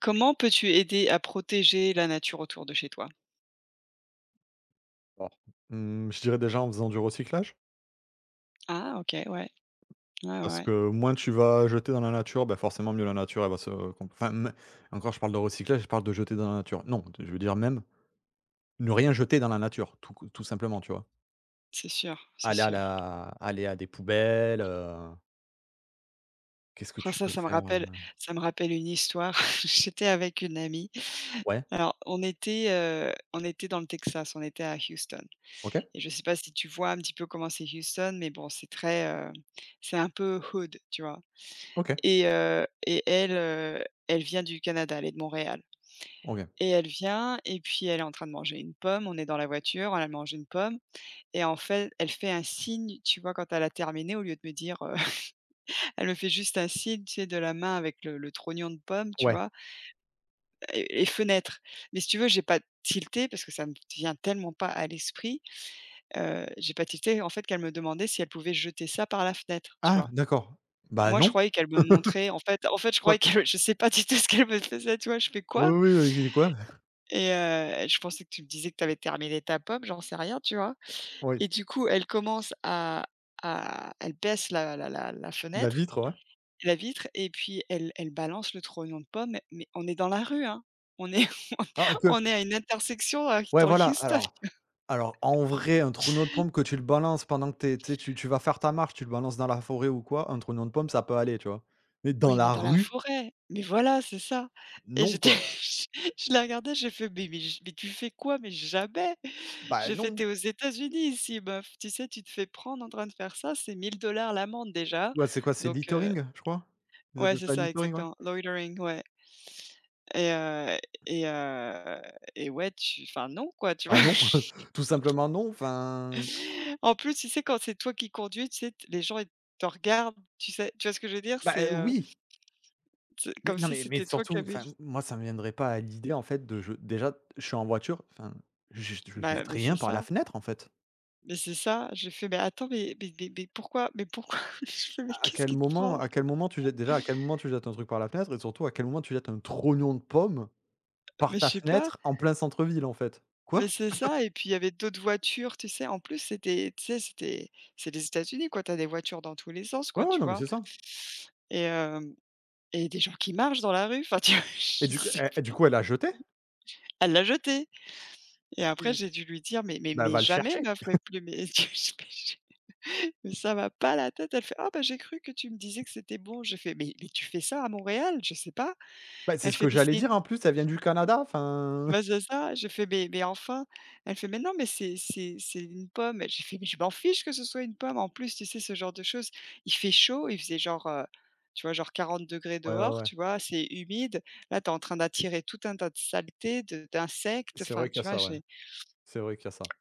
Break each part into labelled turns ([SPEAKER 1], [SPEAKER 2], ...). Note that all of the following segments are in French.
[SPEAKER 1] Comment peux-tu aider à protéger la nature autour de chez toi?
[SPEAKER 2] Alors, mmh, je dirais déjà en faisant du recyclage,
[SPEAKER 1] Ah OK, ouais. Ouais, ouais,
[SPEAKER 2] parce
[SPEAKER 1] ouais.
[SPEAKER 2] que moins tu vas jeter dans la nature, bah, forcément mieux la nature elle va se comp enfin, mais encore je parle de recyclage, je parle de jeter dans la nature. Non, je veux dire même ne rien jeter dans la nature, tout tout simplement, tu vois?
[SPEAKER 1] C'est sûr, c'est sûr.
[SPEAKER 2] Aller à des poubelles, qu'est-ce que
[SPEAKER 1] Ah
[SPEAKER 2] tu
[SPEAKER 1] ça,
[SPEAKER 2] peux
[SPEAKER 1] ça me
[SPEAKER 2] faire?
[SPEAKER 1] rappelle une histoire. J'étais avec une amie.
[SPEAKER 2] Ouais,
[SPEAKER 1] Alors on était dans le Texas, on était à Houston.
[SPEAKER 2] OK,
[SPEAKER 1] Et je sais pas si tu vois un petit peu comment c'est Houston, mais bon, c'est un peu hood, tu vois?
[SPEAKER 2] OK,
[SPEAKER 1] Et et elle vient du Canada, elle est de Montréal.
[SPEAKER 2] OK.
[SPEAKER 1] Et elle vient et puis elle est en train de manger une pomme, on est dans la voiture, elle mange une pomme. Et en fait, elle fait un signe, tu vois, quand elle a terminé, au lieu de me dire, elle me fait juste un signe, tu sais, de la main avec le trognon de pomme, tu
[SPEAKER 2] Ouais.
[SPEAKER 1] vois? Et fenêtre. Mais si tu veux, j'ai pas tilté parce que ça me vient tellement pas à l'esprit, j'ai pas tilté, en fait, qu'elle me demandait si elle pouvait jeter ça par la fenêtre, tu
[SPEAKER 2] Ah
[SPEAKER 1] vois?
[SPEAKER 2] d'accord. Bah
[SPEAKER 1] Moi, je
[SPEAKER 2] non.
[SPEAKER 1] croyais qu'elle me montrait en fait, je
[SPEAKER 2] Quoi?
[SPEAKER 1] croyais qu'elle je sais pas du tout ce qu'elle me faisait, tu vois? Je fais:
[SPEAKER 2] Oui,
[SPEAKER 1] «Quoi?»
[SPEAKER 2] oui, oui, quoi?
[SPEAKER 1] Et je pensais que tu me disais que tu avais terminé ta pomme, j'en sais rien, tu vois?
[SPEAKER 2] Oui.
[SPEAKER 1] Et du coup, elle commence à elle baisse la
[SPEAKER 2] De la
[SPEAKER 1] fenêtre,
[SPEAKER 2] vitre, ouais.
[SPEAKER 1] la vitre et puis elle balance le trognon de pomme, mais on est dans la rue, hein. On est
[SPEAKER 2] Ah que
[SPEAKER 1] on est à une intersection à
[SPEAKER 2] Ouais,
[SPEAKER 1] dans
[SPEAKER 2] voilà,
[SPEAKER 1] Houston.
[SPEAKER 2] alors, en vrai, un traîneau de pompe que tu le balances pendant que tu sais, tu vas faire ta marche, tu le balances dans la forêt ou quoi, un traîneau de pompe, ça peut aller, tu vois? Mais dans
[SPEAKER 1] Oui, mais
[SPEAKER 2] la
[SPEAKER 1] dans la
[SPEAKER 2] rue,
[SPEAKER 1] forêt. Mais voilà, c'est ça. Et
[SPEAKER 2] non,
[SPEAKER 1] j'étais
[SPEAKER 2] quoi.
[SPEAKER 1] je je la regardais, j'ai fait: «Mais tu fais quoi? Mais jamais!»
[SPEAKER 2] Bah,
[SPEAKER 1] J'ai fait:
[SPEAKER 2] non.
[SPEAKER 1] t'es aux États-Unis ici meuf, tu sais, tu te fais prendre en train de faire ça, c'est 1 000 dollars l'amende déjà,
[SPEAKER 2] Ouais, c'est quoi? C'est
[SPEAKER 1] donc euh,
[SPEAKER 2] littering, je crois? Ils
[SPEAKER 1] Ouais,
[SPEAKER 2] appellent
[SPEAKER 1] c'est
[SPEAKER 2] ça
[SPEAKER 1] ça,
[SPEAKER 2] littering, ouais.
[SPEAKER 1] exactement. Loitering, ouais. Et heu et et ouais, tu enfin non, quoi, tu vois?
[SPEAKER 2] Bah, non, tout simplement non, enfin,
[SPEAKER 1] En plus, tu sais, quand c'est toi qui conduis, tu sais, t les gens, ils te regardent, tu sais tu vois ce que je veux dire?
[SPEAKER 2] bah, oui,
[SPEAKER 1] C'est
[SPEAKER 2] mais
[SPEAKER 1] comme
[SPEAKER 2] non,
[SPEAKER 1] si
[SPEAKER 2] mais
[SPEAKER 1] c'était toi qui
[SPEAKER 2] surtout,
[SPEAKER 1] avais
[SPEAKER 2] enfin, moi, ça ne me viendrait pas à l'idée, en fait, de je déjà, je suis en voiture, enfin, je
[SPEAKER 1] bah,
[SPEAKER 2] jette
[SPEAKER 1] mais c'est
[SPEAKER 2] rien par la
[SPEAKER 1] ça,
[SPEAKER 2] fenêtre, en fait.
[SPEAKER 1] mais c'est ça. J'ai fait: «Mais attends, pourquoi?» Je fais: «Mais
[SPEAKER 2] À
[SPEAKER 1] qu'est-ce
[SPEAKER 2] quel
[SPEAKER 1] qui te
[SPEAKER 2] moment
[SPEAKER 1] prend?»
[SPEAKER 2] à quel moment tu jettes déjà, à quel moment tu jettes un truc par la fenêtre et surtout à quel moment tu jettes un trognon de pomme par
[SPEAKER 1] «Mais je
[SPEAKER 2] ta
[SPEAKER 1] sais pas,
[SPEAKER 2] fenêtre en plein centre-ville, en fait?
[SPEAKER 1] mais
[SPEAKER 2] Quoi?
[SPEAKER 1] c'est ça» et puis il y avait d'autres voitures, tu sais? En plus, c'était tu sais, c'est les États-Unis, quoi, t'as des voitures dans tous les sens,
[SPEAKER 2] Ouais,
[SPEAKER 1] quoi,
[SPEAKER 2] ouais,
[SPEAKER 1] tu
[SPEAKER 2] non, mais
[SPEAKER 1] vois?
[SPEAKER 2] c'est ça.
[SPEAKER 1] Et hem et des gens qui marchent dans la rue, enfin, tu vois?
[SPEAKER 2] et
[SPEAKER 1] Je
[SPEAKER 2] du coup
[SPEAKER 1] sais
[SPEAKER 2] et et
[SPEAKER 1] pas,
[SPEAKER 2] du coup, elle a jeté.
[SPEAKER 1] elle l'a jeté et après
[SPEAKER 2] Et
[SPEAKER 1] j'ai dû lui dire: «Mais mais
[SPEAKER 2] bah,
[SPEAKER 1] mais
[SPEAKER 2] va le
[SPEAKER 1] jamais
[SPEAKER 2] chercher.
[SPEAKER 1] meuf, mais plus mais mais ça va pas la tête». Elle fait: «Ah bah, j'ai cru que tu me disais que c'était bon». J'ai fait: «Mais tu fais ça à Montréal? Je sais pas».
[SPEAKER 2] Bah, c'est
[SPEAKER 1] Elle
[SPEAKER 2] ce
[SPEAKER 1] fait:
[SPEAKER 2] que
[SPEAKER 1] «Mais
[SPEAKER 2] j'allais
[SPEAKER 1] c'est
[SPEAKER 2] dire, en plus, ça vient du Canada, enfin.
[SPEAKER 1] Bah, c'est ça, j'ai fait: «Mais enfin!» elle fait: «Mais non, mais c'est une pomme». J'ai fait: «Mais je m'en fiche que ce soit une pomme, en plus, tu sais, ce genre de choses». Il fait chaud, il faisait tu vois, genre 40 degrés
[SPEAKER 2] Ouais, ouais,
[SPEAKER 1] dehors,
[SPEAKER 2] ouais,
[SPEAKER 1] tu vois? C'est humide. Là, tu es en train d'attirer tout un tas de saletés, de d'insectes,
[SPEAKER 2] c'est
[SPEAKER 1] enfin,
[SPEAKER 2] vrai qu'il y a
[SPEAKER 1] tu vois?
[SPEAKER 2] ça, ouais,
[SPEAKER 1] J'ai
[SPEAKER 2] c'est vrai qu'il y a ça.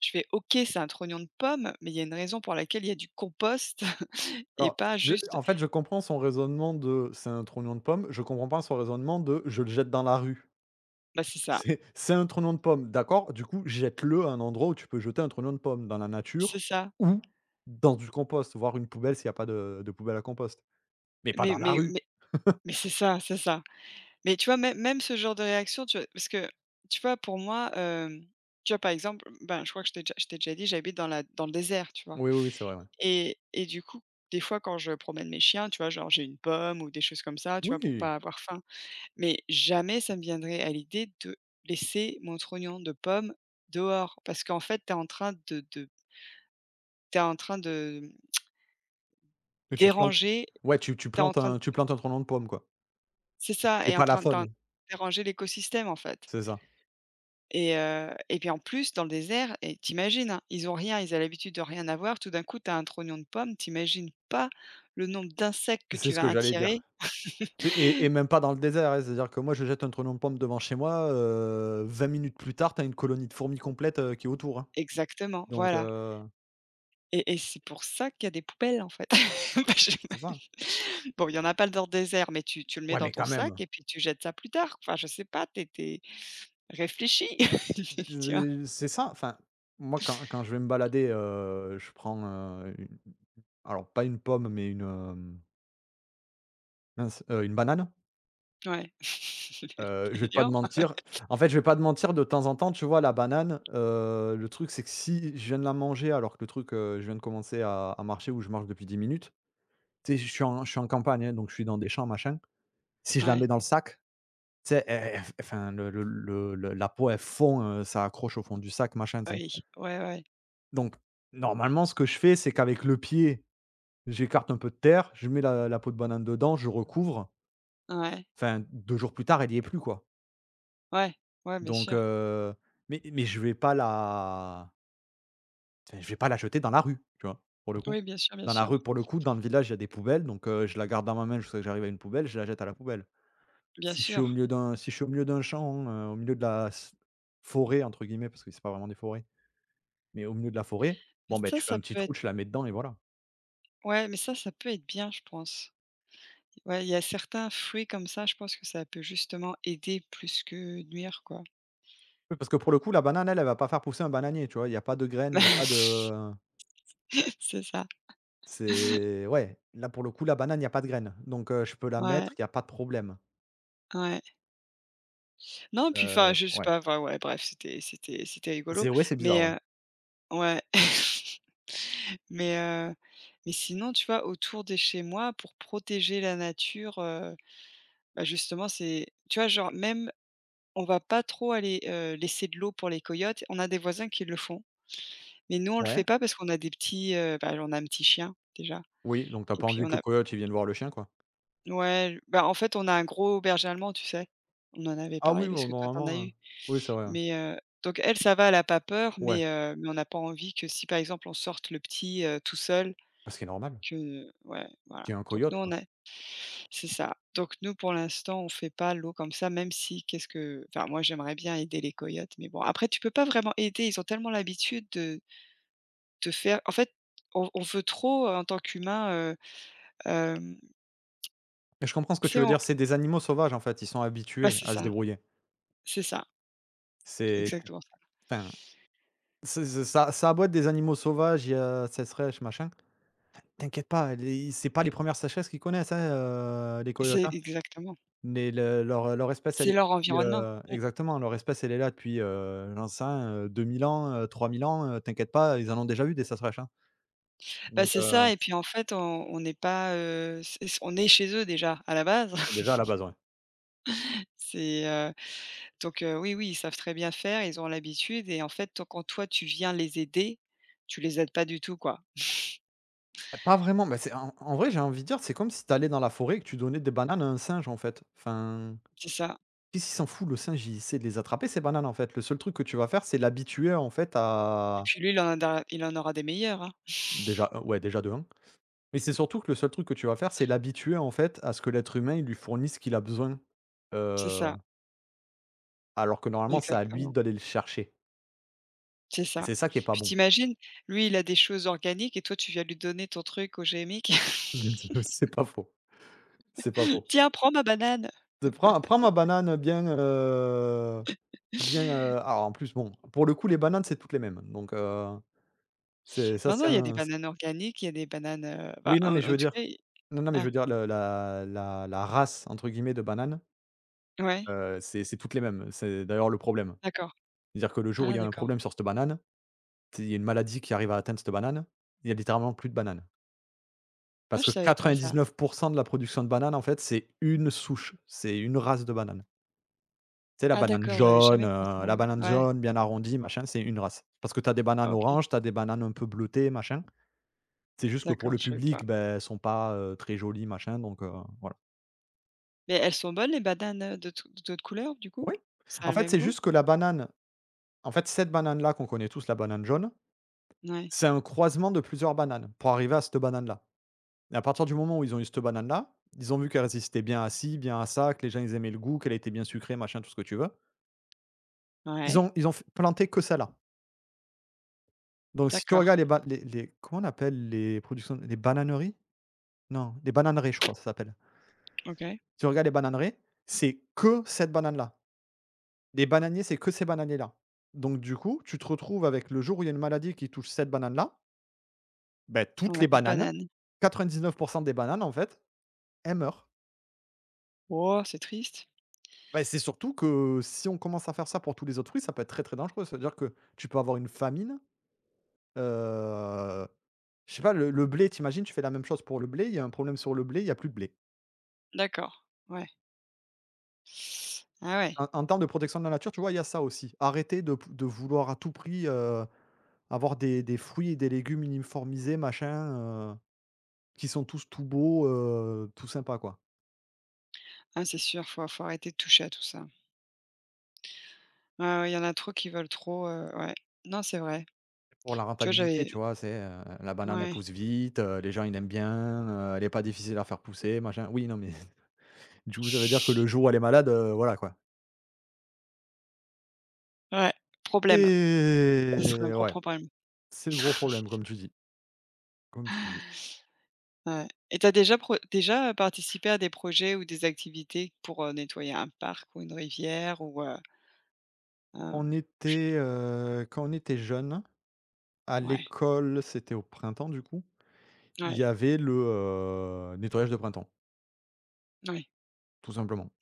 [SPEAKER 1] je fais: «OK, c'est un trognon de pomme, mais il y a une raison pour laquelle il y a du compost et
[SPEAKER 2] Alors,
[SPEAKER 1] pas
[SPEAKER 2] je
[SPEAKER 1] juste»
[SPEAKER 2] en fait, je comprends son raisonnement de: «C'est un trognon de pomme», je comprends pas son raisonnement de: «Je le jette dans la rue».
[SPEAKER 1] bah, c'est ça,
[SPEAKER 2] C'est un trognon de pomme, d'accord, du coup, jette-le à un endroit où tu peux jeter un trognon de pomme, dans la
[SPEAKER 1] c'est
[SPEAKER 2] nature
[SPEAKER 1] ça.
[SPEAKER 2] ou dans du compost, voire une poubelle s'il y a pas de poubelle à compost, mais pas
[SPEAKER 1] Mais
[SPEAKER 2] dans la
[SPEAKER 1] mais
[SPEAKER 2] rue.
[SPEAKER 1] mais mais c'est ça, c'est ça. Mais tu vois, même ce genre de réaction, tu vois? Parce que, tu vois, pour moi, tu vois, par exemple, ben, je crois que je t'ai déjà dit, j'habite dans le désert, tu vois?
[SPEAKER 2] Oui, oui, oui, c'est vrai, ouais.
[SPEAKER 1] Et du coup, des fois, quand je promène mes chiens, tu vois, genre, j'ai une pomme ou des choses comme ça, tu vois, pour
[SPEAKER 2] Oui.
[SPEAKER 1] pas avoir faim. Mais jamais ça me viendrait à l'idée de laisser mon trognon de pomme dehors parce qu'en fait, t'es en train de tu en train de
[SPEAKER 2] Et tu plantes,
[SPEAKER 1] déranger,
[SPEAKER 2] ouais, tu tu
[SPEAKER 1] t'es en
[SPEAKER 2] plantes
[SPEAKER 1] train de
[SPEAKER 2] un tu plantes un trognon de pomme, quoi.
[SPEAKER 1] c'est ça,
[SPEAKER 2] C'est
[SPEAKER 1] et en
[SPEAKER 2] pas la
[SPEAKER 1] train de es en
[SPEAKER 2] faune,
[SPEAKER 1] déranger l'écosystème, en fait.
[SPEAKER 2] c'est ça.
[SPEAKER 1] Et puis en plus dans le désert et tu hein, ils ont rien, ils ont l'habitude de rien avoir. Tout d'un coup, tu as un trognon de pomme, t'imagines pas le nombre d'insectes que
[SPEAKER 2] C'est
[SPEAKER 1] tu
[SPEAKER 2] ce
[SPEAKER 1] vas
[SPEAKER 2] que j'allais dire.
[SPEAKER 1] attirer.
[SPEAKER 2] Tu et Même pas dans le désert, hein, c'est-à-dire que moi, je jette un trognon de pomme devant chez moi, 20 minutes plus tard, t'as une colonie de fourmis complète, qui est autour, hein,
[SPEAKER 1] Exactement,
[SPEAKER 2] donc
[SPEAKER 1] voilà et c'est pour ça qu'il y a des poubelles, en fait. Bah,
[SPEAKER 2] c'est
[SPEAKER 1] j'imagine.
[SPEAKER 2] ça.
[SPEAKER 1] Bon, il y en a pas dans le désert, mais tu le mets
[SPEAKER 2] Ouais,
[SPEAKER 1] dans
[SPEAKER 2] mais
[SPEAKER 1] ton
[SPEAKER 2] quand
[SPEAKER 1] sac
[SPEAKER 2] même.
[SPEAKER 1] et puis tu jettes ça plus tard. Enfin, je sais pas, t'es réfléchi. es tu vois?
[SPEAKER 2] D C'est ça, enfin, moi quand je vais me balader, je prends, une alors pas une pomme, mais une, mince, une banane.
[SPEAKER 1] Ouais.
[SPEAKER 2] Je vais
[SPEAKER 1] C'est
[SPEAKER 2] pas
[SPEAKER 1] dur.
[SPEAKER 2] te mentir, en fait, je vais pas te mentir, de temps en temps, tu vois la banane, le truc c'est que si je viens de la manger alors que le truc, je viens de commencer à marcher ou je marche depuis 10 minutes, tu sais, je suis en campagne, hein, donc je suis dans des champs, machin. Si je la mets
[SPEAKER 1] Ouais,
[SPEAKER 2] dans le sac, tu sais, elle enfin le la peau elle fond, ça accroche au fond du sac, machin, tu sais?
[SPEAKER 1] oui, ouais, ouais.
[SPEAKER 2] Donc, normalement, ce que je fais, c'est qu'avec le pied, j'écarte un peu de terre, je mets la peau de banane dedans, je recouvre.
[SPEAKER 1] Ouais,
[SPEAKER 2] Enfin, 2 jours plus tard, elle y est plus, quoi.
[SPEAKER 1] ouais, ouais, bien
[SPEAKER 2] Donc,
[SPEAKER 1] sûr.
[SPEAKER 2] mais je vais pas la enfin, je vais pas la jeter dans la rue, tu vois? Pour le coup.
[SPEAKER 1] Oui, bien sûr, bien
[SPEAKER 2] Dans la
[SPEAKER 1] sûr.
[SPEAKER 2] rue, pour le coup, dans le village, il y a des poubelles, donc, je la garde dans ma main jusqu'à ce que j'arrive à une poubelle, je la jette à la poubelle.
[SPEAKER 1] Bien
[SPEAKER 2] Si je suis au
[SPEAKER 1] sûr.
[SPEAKER 2] milieu d'un si je suis au milieu d'un champ, au milieu de la s «forêt» entre guillemets, parce que c'est pas vraiment des forêts, mais au milieu de la forêt,
[SPEAKER 1] Mais
[SPEAKER 2] bon, ben
[SPEAKER 1] ça,
[SPEAKER 2] tu fais
[SPEAKER 1] ça
[SPEAKER 2] un petit
[SPEAKER 1] peut
[SPEAKER 2] trou,
[SPEAKER 1] être
[SPEAKER 2] tu la mets dedans et voilà.
[SPEAKER 1] ouais, mais ça peut être bien, je pense. Ouais, il y a certains fruits comme ça, je pense que ça peut justement aider plus que nuire, quoi.
[SPEAKER 2] Oui, parce que pour le coup, la banane, elle, elle va pas faire pousser un bananier, tu vois? Il y a pas de graines, il y a pas de
[SPEAKER 1] C'est ça.
[SPEAKER 2] c'est ouais, là, pour le coup, la banane, il y a pas de graines, donc je peux la
[SPEAKER 1] Ouais,
[SPEAKER 2] mettre, il y a pas de problème.
[SPEAKER 1] ouais. Non, puis enfin,
[SPEAKER 2] Heu,
[SPEAKER 1] je sais
[SPEAKER 2] ouais.
[SPEAKER 1] pas, enfin, ouais, bref, c'était rigolo.
[SPEAKER 2] C'est Ouais, c'est
[SPEAKER 1] Mais
[SPEAKER 2] bizarre, ouais.
[SPEAKER 1] heu, ouais. Mais heu, mais sinon, tu vois, autour de chez moi, pour protéger la nature, bah, justement, c'est tu vois, genre, même on va pas trop aller, laisser de l'eau pour les coyotes. On a des voisins qui le font. Mais nous, on le
[SPEAKER 2] Ouais,
[SPEAKER 1] fait pas parce qu'on a des petits, bah, on a un petit chien déjà
[SPEAKER 2] oui, donc t'as
[SPEAKER 1] et
[SPEAKER 2] pas
[SPEAKER 1] puis
[SPEAKER 2] envie
[SPEAKER 1] on
[SPEAKER 2] que le
[SPEAKER 1] a
[SPEAKER 2] coyote, il vienne voir le chien, quoi?
[SPEAKER 1] ouais, bah, en fait, on a un gros berger allemand, tu sais? On en avait
[SPEAKER 2] Ah
[SPEAKER 1] parlé
[SPEAKER 2] oui,
[SPEAKER 1] parce
[SPEAKER 2] bon,
[SPEAKER 1] que toi, t'en as
[SPEAKER 2] normalement,
[SPEAKER 1] eu,
[SPEAKER 2] oui, c'est vrai, ouais.
[SPEAKER 1] mais heu, donc elle, ça va, elle a pas peur,
[SPEAKER 2] Ouais,
[SPEAKER 1] mais on n'a pas envie que si, par exemple, on sorte le petit, tout seul
[SPEAKER 2] bah, ce qui est normal,
[SPEAKER 1] que ouais, voilà.
[SPEAKER 2] qu'il y ait un
[SPEAKER 1] Donc
[SPEAKER 2] coyote,
[SPEAKER 1] nous, on
[SPEAKER 2] quoi.
[SPEAKER 1] a c'est ça. Donc nous, pour l'instant, on fait pas l'eau comme ça, même si qu'est-ce que enfin, moi, j'aimerais bien aider les coyotes, mais bon, après, tu peux pas vraiment aider. Ils ont tellement l'habitude de te faire en fait, on veut trop, en tant qu'humain. Hem,
[SPEAKER 2] Mais je comprends ce que
[SPEAKER 1] tu
[SPEAKER 2] tu
[SPEAKER 1] sais
[SPEAKER 2] veux
[SPEAKER 1] on
[SPEAKER 2] dire, c'est des animaux sauvages, en fait, ils sont
[SPEAKER 1] bah,
[SPEAKER 2] habitués à se débrouiller.
[SPEAKER 1] c'est ça,
[SPEAKER 2] C'est
[SPEAKER 1] exactement ça.
[SPEAKER 2] Enfin, c'est ça. Ça a beau être des animaux sauvages, il y a sécheresse, machin. T'inquiète pas, les c'est pas les premières res sécheresses qu'ils connaissent, hein, les coyotes,
[SPEAKER 1] C'est exactement.
[SPEAKER 2] mais le
[SPEAKER 1] C'est leur environnement.
[SPEAKER 2] depuis,
[SPEAKER 1] On
[SPEAKER 2] leur espèce, elle est là depuis, j'en sais rien, 2000 ans, 3000 ans, t'inquiète pas, ils en ont déjà eu des sécheresses, hein,
[SPEAKER 1] bah,
[SPEAKER 2] donc
[SPEAKER 1] c'est ça et puis en fait on n'est pas, c on est chez eux déjà à la base.
[SPEAKER 2] déjà à la base, ouais.
[SPEAKER 1] C'est, donc oui, oui, ils savent très bien faire, ils ont l'habitude et en fait tant quand toi tu viens les aider, tu les aides pas du tout quoi.
[SPEAKER 2] Pas vraiment, bah, c'est en vrai, j'ai envie de dire, c'est comme si t'allais dans la forêt et que tu donnais des bananes à un singe, en fait. Enfin,
[SPEAKER 1] C'est ça
[SPEAKER 2] qu'est-ce qu'il s'en fout le singe, il sait de les attraper ces bananes, en fait. Le seul truc que tu vas faire, c'est l'habituer, en fait,
[SPEAKER 1] et
[SPEAKER 2] à
[SPEAKER 1] puis lui il en a il en aura des meilleurs, hein.
[SPEAKER 2] déjà, ouais, déjà de 1. Mais c'est surtout que le seul truc que tu vas faire, c'est l'habituer, en fait, à ce que l'être humain, il lui fournisse ce qu'il a besoin,
[SPEAKER 1] C'est
[SPEAKER 2] heu,
[SPEAKER 1] ça,
[SPEAKER 2] alors que normalement, c'est à lui
[SPEAKER 1] exactement,
[SPEAKER 2] d'aller le chercher
[SPEAKER 1] c'est
[SPEAKER 2] et
[SPEAKER 1] ça.
[SPEAKER 2] c'est ça qui est pas
[SPEAKER 1] Puis
[SPEAKER 2] bon.
[SPEAKER 1] t'imagines lui il a des choses organiques et toi tu viens lui donner ton truc au OGMIC.
[SPEAKER 2] C'est pas faux, c'est pas faux.
[SPEAKER 1] «Tiens, prends ma banane!»
[SPEAKER 2] De prends ma banane bien, bien, alors en plus, bon, pour le coup, les bananes, c'est toutes les mêmes, donc c'est ça,
[SPEAKER 1] Non, non,
[SPEAKER 2] c'est
[SPEAKER 1] il y a des
[SPEAKER 2] un
[SPEAKER 1] bananes organiques, il y a des bananes, bah,
[SPEAKER 2] oui, non,
[SPEAKER 1] en
[SPEAKER 2] mais je veux
[SPEAKER 1] tout
[SPEAKER 2] dire
[SPEAKER 1] cas, i
[SPEAKER 2] non, non, mais je
[SPEAKER 1] ah,
[SPEAKER 2] veux dire le la la la «race» entre guillemets de banane,
[SPEAKER 1] ouais,
[SPEAKER 2] c'est toutes les mêmes. C'est d'ailleurs le problème.
[SPEAKER 1] d'accord.
[SPEAKER 2] C'est-à-dire que le jour où il
[SPEAKER 1] Ah
[SPEAKER 2] y a un
[SPEAKER 1] d'accord.
[SPEAKER 2] problème sur cette banane Tu Il y a une maladie qui arrive à atteindre cette banane, il y a littéralement plus de bananes.
[SPEAKER 1] Ah,
[SPEAKER 2] Parce
[SPEAKER 1] je
[SPEAKER 2] que
[SPEAKER 1] savais pas ça.
[SPEAKER 2] 99 de la production de bananes, en fait, c'est une souche, c'est une race de banane. C'est
[SPEAKER 1] Ah d'accord, j'avais jamais pensé en
[SPEAKER 2] la banane
[SPEAKER 1] ouais,
[SPEAKER 2] jaune bien arrondie, machin, c'est une race. Parce que tu as des bananes
[SPEAKER 1] OK,
[SPEAKER 2] oranges, tu as des bananes un peu bleutées, machin. C'est juste que pour
[SPEAKER 1] d'accord,
[SPEAKER 2] le
[SPEAKER 1] je savais pas.
[SPEAKER 2] public, ben, elles sont pas, très jolies, machin, donc voilà.
[SPEAKER 1] Mais elles sont bonnes les bananes, de toutes de couleurs, du coup?
[SPEAKER 2] Oui,
[SPEAKER 1] Ça a
[SPEAKER 2] en
[SPEAKER 1] le
[SPEAKER 2] fait,
[SPEAKER 1] même
[SPEAKER 2] c'est
[SPEAKER 1] goût?
[SPEAKER 2] juste que la banane en fait, cette banane-là qu'on connaît tous, la banane jaune,
[SPEAKER 1] Ouais.
[SPEAKER 2] c'est un croisement de plusieurs bananes pour arriver à cette banane-là. Et à partir du moment où ils ont eu cette banane-là, ils ont vu qu'elle résistait bien à ci, bien à ça, que les gens ils aimaient le goût, qu'elle était bien sucrée, machin, tout ce que tu veux. Ils
[SPEAKER 1] Ouais,
[SPEAKER 2] ont ils ont f planté que celle-là. Donc si tu regardes
[SPEAKER 1] d'accord,
[SPEAKER 2] les ba les comment on appelle les productions les bananeries? Non, les bananeries, je crois ça s'appelle.
[SPEAKER 1] OK.
[SPEAKER 2] Si tu regardes les bananeries, c'est que cette banane-là. Les bananiers, c'est que ces bananiers-là. Donc du coup, tu te retrouves avec le jour où il y a une maladie qui touche cette banane-là, ben
[SPEAKER 1] On
[SPEAKER 2] toutes
[SPEAKER 1] a
[SPEAKER 2] les
[SPEAKER 1] plus de
[SPEAKER 2] bananes,
[SPEAKER 1] bananes.
[SPEAKER 2] 99 des bananes en fait, elles meurent.
[SPEAKER 1] Oh, c'est triste.
[SPEAKER 2] Bah, c'est surtout que si on commence à faire ça pour tous les autres fruits, ça peut être très, très dangereux. C'est à dire que tu peux avoir une famine, heu, je sais pas, le blé. T'imagines, tu fais la même chose pour le blé, il y a un problème sur le blé, il y a plus de blé.
[SPEAKER 1] D'accord, ouais. Ah ouais.
[SPEAKER 2] En termes de protection de la nature, tu vois, il y a ça aussi. Arrêter de vouloir à tout prix, avoir des fruits et des légumes uniformisés, machin, qui sont tous tout beaux, tout sympas, quoi.
[SPEAKER 1] Ah, c'est sûr, faut arrêter de toucher à tout ça. Ouais, ouais, il y en a trop qui veulent trop, ouais. Non, c'est vrai.
[SPEAKER 2] Pour la
[SPEAKER 1] Tu vois,
[SPEAKER 2] rentabilité, tu
[SPEAKER 1] j'avais
[SPEAKER 2] vois, la banane, elle
[SPEAKER 1] ouais.
[SPEAKER 2] pousse vite, les gens, ils aiment bien, elle est pas difficile à faire pousser, machin. Oui, non, mais du coup, ça veut dire que le jour où elle est malade, voilà quoi.
[SPEAKER 1] Ouais, problème. Ce serait un
[SPEAKER 2] Et
[SPEAKER 1] gros
[SPEAKER 2] ouais,
[SPEAKER 1] problème.
[SPEAKER 2] c'est le gros problème comme tu dis, comme tu dis.
[SPEAKER 1] Ouais et tu as déjà pro déjà participé à des projets ou des activités pour, nettoyer un parc ou une rivière ou, hem,
[SPEAKER 2] On
[SPEAKER 1] je sais
[SPEAKER 2] était,
[SPEAKER 1] pas.
[SPEAKER 2] quand on était jeunes, à
[SPEAKER 1] Ouais,
[SPEAKER 2] l'école, c'était au printemps du coup, il y
[SPEAKER 1] ouais,
[SPEAKER 2] avait le, nettoyage de printemps,
[SPEAKER 1] ouais.
[SPEAKER 2] tout simplement.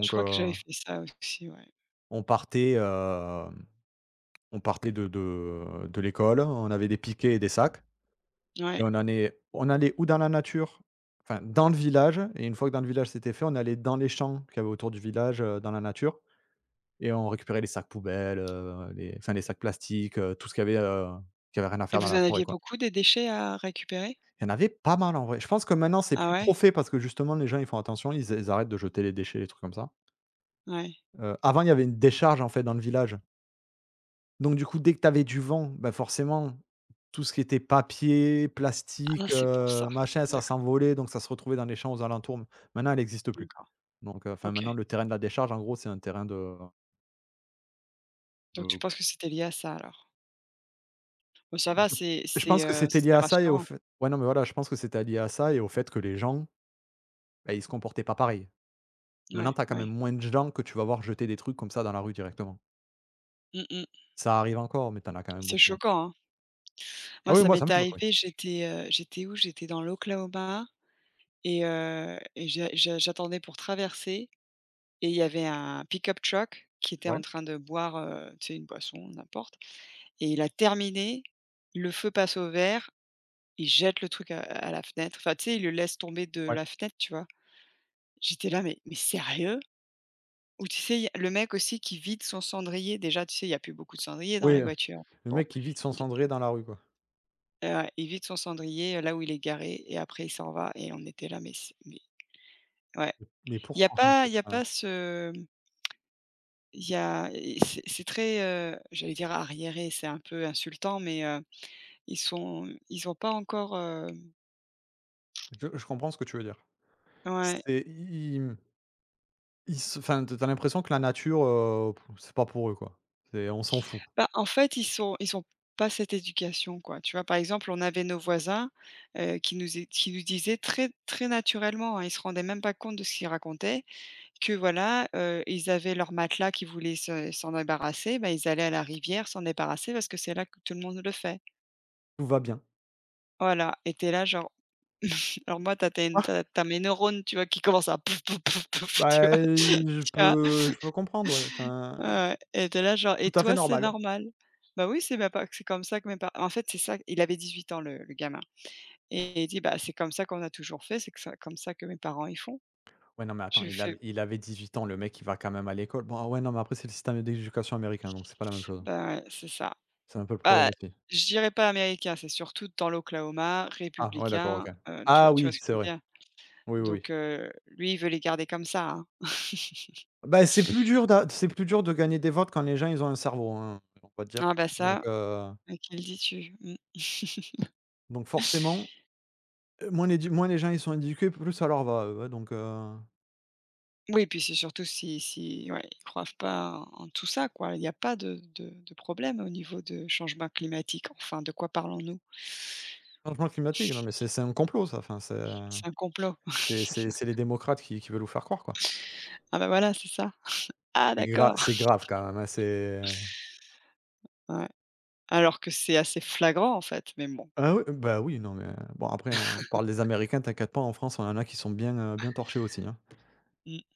[SPEAKER 1] Je crois que j'avais fait ça aussi, ouais.
[SPEAKER 2] on partait, on partait de l'école, on avait des piquets et des sacs et
[SPEAKER 1] Ouais
[SPEAKER 2] on allait ou dans la nature, enfin dans le village et une fois que dans le village c'était fait, on allait dans les champs qu'il y avait autour du village, dans la nature. Et on récupérait les sacs poubelles, les enfin les sacs plastiques, tout ce qu'il y avait, qui avait rien à
[SPEAKER 1] et
[SPEAKER 2] faire dans
[SPEAKER 1] vous
[SPEAKER 2] la
[SPEAKER 1] en
[SPEAKER 2] forêt,
[SPEAKER 1] aviez
[SPEAKER 2] quoi.
[SPEAKER 1] beaucoup des déchets à récupérer?
[SPEAKER 2] Il y en avait pas mal en vrai. Je pense que maintenant c'est
[SPEAKER 1] Ah
[SPEAKER 2] plus
[SPEAKER 1] ouais?
[SPEAKER 2] trop fait parce que justement les gens ils font attention, ils arrêtent de jeter les déchets, les trucs comme ça.
[SPEAKER 1] Ouais.
[SPEAKER 2] Avant il y avait une décharge en fait dans le village. Donc du coup dès que tu avais du vent, bah, forcément tout ce qui était papier,
[SPEAKER 1] Ah
[SPEAKER 2] plastique,
[SPEAKER 1] c'est pour ça.
[SPEAKER 2] machin, ça
[SPEAKER 1] D'accord,
[SPEAKER 2] s'envolait donc ça se retrouvait dans les champs aux alentours. Maintenant elle n'existe plus.
[SPEAKER 1] d'accord.
[SPEAKER 2] Donc, enfin
[SPEAKER 1] OK.
[SPEAKER 2] maintenant le terrain de la décharge en gros c'est un terrain
[SPEAKER 1] Donc tu
[SPEAKER 2] de
[SPEAKER 1] penses que c'était lié à ça alors? Bon, ça va,
[SPEAKER 2] Du Je pense que c'était lié
[SPEAKER 1] c'est
[SPEAKER 2] à ça et au
[SPEAKER 1] rassurant.
[SPEAKER 2] fait ouais, non, mais voilà, je pense que c'était lié à ça et au fait que les gens, bah, ils se comportaient pas pareil. Maintenant,
[SPEAKER 1] Ouais,
[SPEAKER 2] t'as quand même
[SPEAKER 1] ouais.
[SPEAKER 2] moins de gens que tu vas voir jeter des trucs comme ça dans la rue directement.
[SPEAKER 1] Mmh mh.
[SPEAKER 2] Ça arrive encore, mais t'en as quand même
[SPEAKER 1] C'est
[SPEAKER 2] beaucoup moins.
[SPEAKER 1] choquant, hein? Moi,
[SPEAKER 2] Ah oui,
[SPEAKER 1] ça
[SPEAKER 2] moi, ça
[SPEAKER 1] m'est
[SPEAKER 2] me choque, oui.
[SPEAKER 1] arrivé, j'étais où? J'étais dans l'Oklahoma et et j'attendais pour traverser et il y avait un pick-up truck qui était en
[SPEAKER 2] Ouais,
[SPEAKER 1] train de boire, tu sais, une boisson, n'importe et il a terminé, le feu passe au vert, il jette le truc à la fenêtre. Enfin, tu sais, il le laisse tomber de
[SPEAKER 2] ouais.
[SPEAKER 1] la fenêtre, tu vois? J'étais là: «Mais sérieux?» ou tu sais, il y a le mec aussi qui vide son cendrier. Déjà, tu sais, il y a plus beaucoup de cendriers dans
[SPEAKER 2] Oui.
[SPEAKER 1] les voitures.
[SPEAKER 2] Le
[SPEAKER 1] Bon,
[SPEAKER 2] mec qui vide son cendrier dans la rue, quoi.
[SPEAKER 1] Il vide son cendrier, là où il est garé et après il s'en va et on était là, mais c'est mais ouais.
[SPEAKER 2] Mais pourquoi, en fait?
[SPEAKER 1] Il y a
[SPEAKER 2] Enfin,
[SPEAKER 1] pas ce, il y a et c'est très, j'allais dire arriéré, c'est un peu insultant, mais ils ont pas encore, hem
[SPEAKER 2] je comprends ce que tu veux dire.
[SPEAKER 1] ouais.
[SPEAKER 2] C'est i i mmh, ils se Enfin, t'as l'impression que la nature, c'est pas pour eux, quoi. C'est on s'en fout,
[SPEAKER 1] Bah, en fait, ils ont pas cette éducation, quoi. Tu vois? Par exemple, on avait nos voisins, qui nous disaient très très naturellement, hein, ils se rendaient même pas compte de ce qu'ils racontaient, que voilà, ils avaient leur matelas qui voulaient se s'en débarrasser, ben ils allaient à la rivière s'en débarrasser parce que c'est là que tout le monde le fait.
[SPEAKER 2] tout va bien.
[SPEAKER 1] Voilà et tu là genre alors moi t'as as une tu
[SPEAKER 2] Ah,
[SPEAKER 1] as mes neurones, tu vois, qui commencent à pouf, pouf, pouf, pouf, tu
[SPEAKER 2] bah,
[SPEAKER 1] vois?
[SPEAKER 2] je
[SPEAKER 1] Tu vois?
[SPEAKER 2] peux je peux comprendre, ouais, enfin.
[SPEAKER 1] Ouais, ouais et tu là genre: «Et
[SPEAKER 2] Tout à fait
[SPEAKER 1] toi, c'est
[SPEAKER 2] normal.
[SPEAKER 1] normal?» «Bah oui, c'est ma pa c'est comme ça que mes parents. En fait, c'est ça il avait 18 ans le gamin et il dit: «Bah, c'est comme ça qu'on a toujours fait, c'est que ça comme ça que mes parents, ils font».
[SPEAKER 2] Ouais, non, mais attends,
[SPEAKER 1] Je
[SPEAKER 2] il
[SPEAKER 1] fais:
[SPEAKER 2] avait il avait 18 ans, le mec, il va quand même à l'école. Bon, ah ouais, non, mais après, c'est le système d'éducation américain, donc c'est pas la même chose.
[SPEAKER 1] «Bah ouais, c'est ça».
[SPEAKER 2] C'est un peu le problème
[SPEAKER 1] Bah,
[SPEAKER 2] aussi.
[SPEAKER 1] je dirais pas américain, c'est surtout dans l'Oklahoma,
[SPEAKER 2] Ah, ouais, d'accord,
[SPEAKER 1] républicain,
[SPEAKER 2] OK. Ah
[SPEAKER 1] tu vois
[SPEAKER 2] oui,
[SPEAKER 1] ce que
[SPEAKER 2] c'est
[SPEAKER 1] je veux
[SPEAKER 2] vrai.
[SPEAKER 1] dire?
[SPEAKER 2] Oui, oui,
[SPEAKER 1] Donc
[SPEAKER 2] oui.
[SPEAKER 1] lui, il veut les garder comme ça, hein.
[SPEAKER 2] Bah, c'est plus dur de gagner des votes quand les gens, ils ont un cerveau, hein, on va dire.
[SPEAKER 1] Ah bah
[SPEAKER 2] Donc,
[SPEAKER 1] ça, à qui le dis-tu? Mmh.
[SPEAKER 2] donc forcément, moins les gens, ils sont éduqués, plus ça leur va, eux, hein, donc
[SPEAKER 1] Oui, puis c'est surtout si ouais, ils croient pas en tout ça, quoi. Il y a pas de problème au niveau de changement climatique. Enfin, de quoi parlons-nous?
[SPEAKER 2] changement climatique, non, mais c'est un complot, ça, enfin, c'est
[SPEAKER 1] C'est un complot.
[SPEAKER 2] c'est c'est c'est les démocrates qui veulent vous faire croire, quoi.
[SPEAKER 1] Ah bah voilà, c'est ça. Ah d'accord.
[SPEAKER 2] C'est grave quand même, hein, c'est.
[SPEAKER 1] Ouais. Alors que c'est assez flagrant, en fait, mais bon.
[SPEAKER 2] Ah oui, bah oui, non mais bon après on parle des Américains, t'inquiète pas en France, on en a qui sont bien, bien torchés aussi, hein.
[SPEAKER 1] Mmh.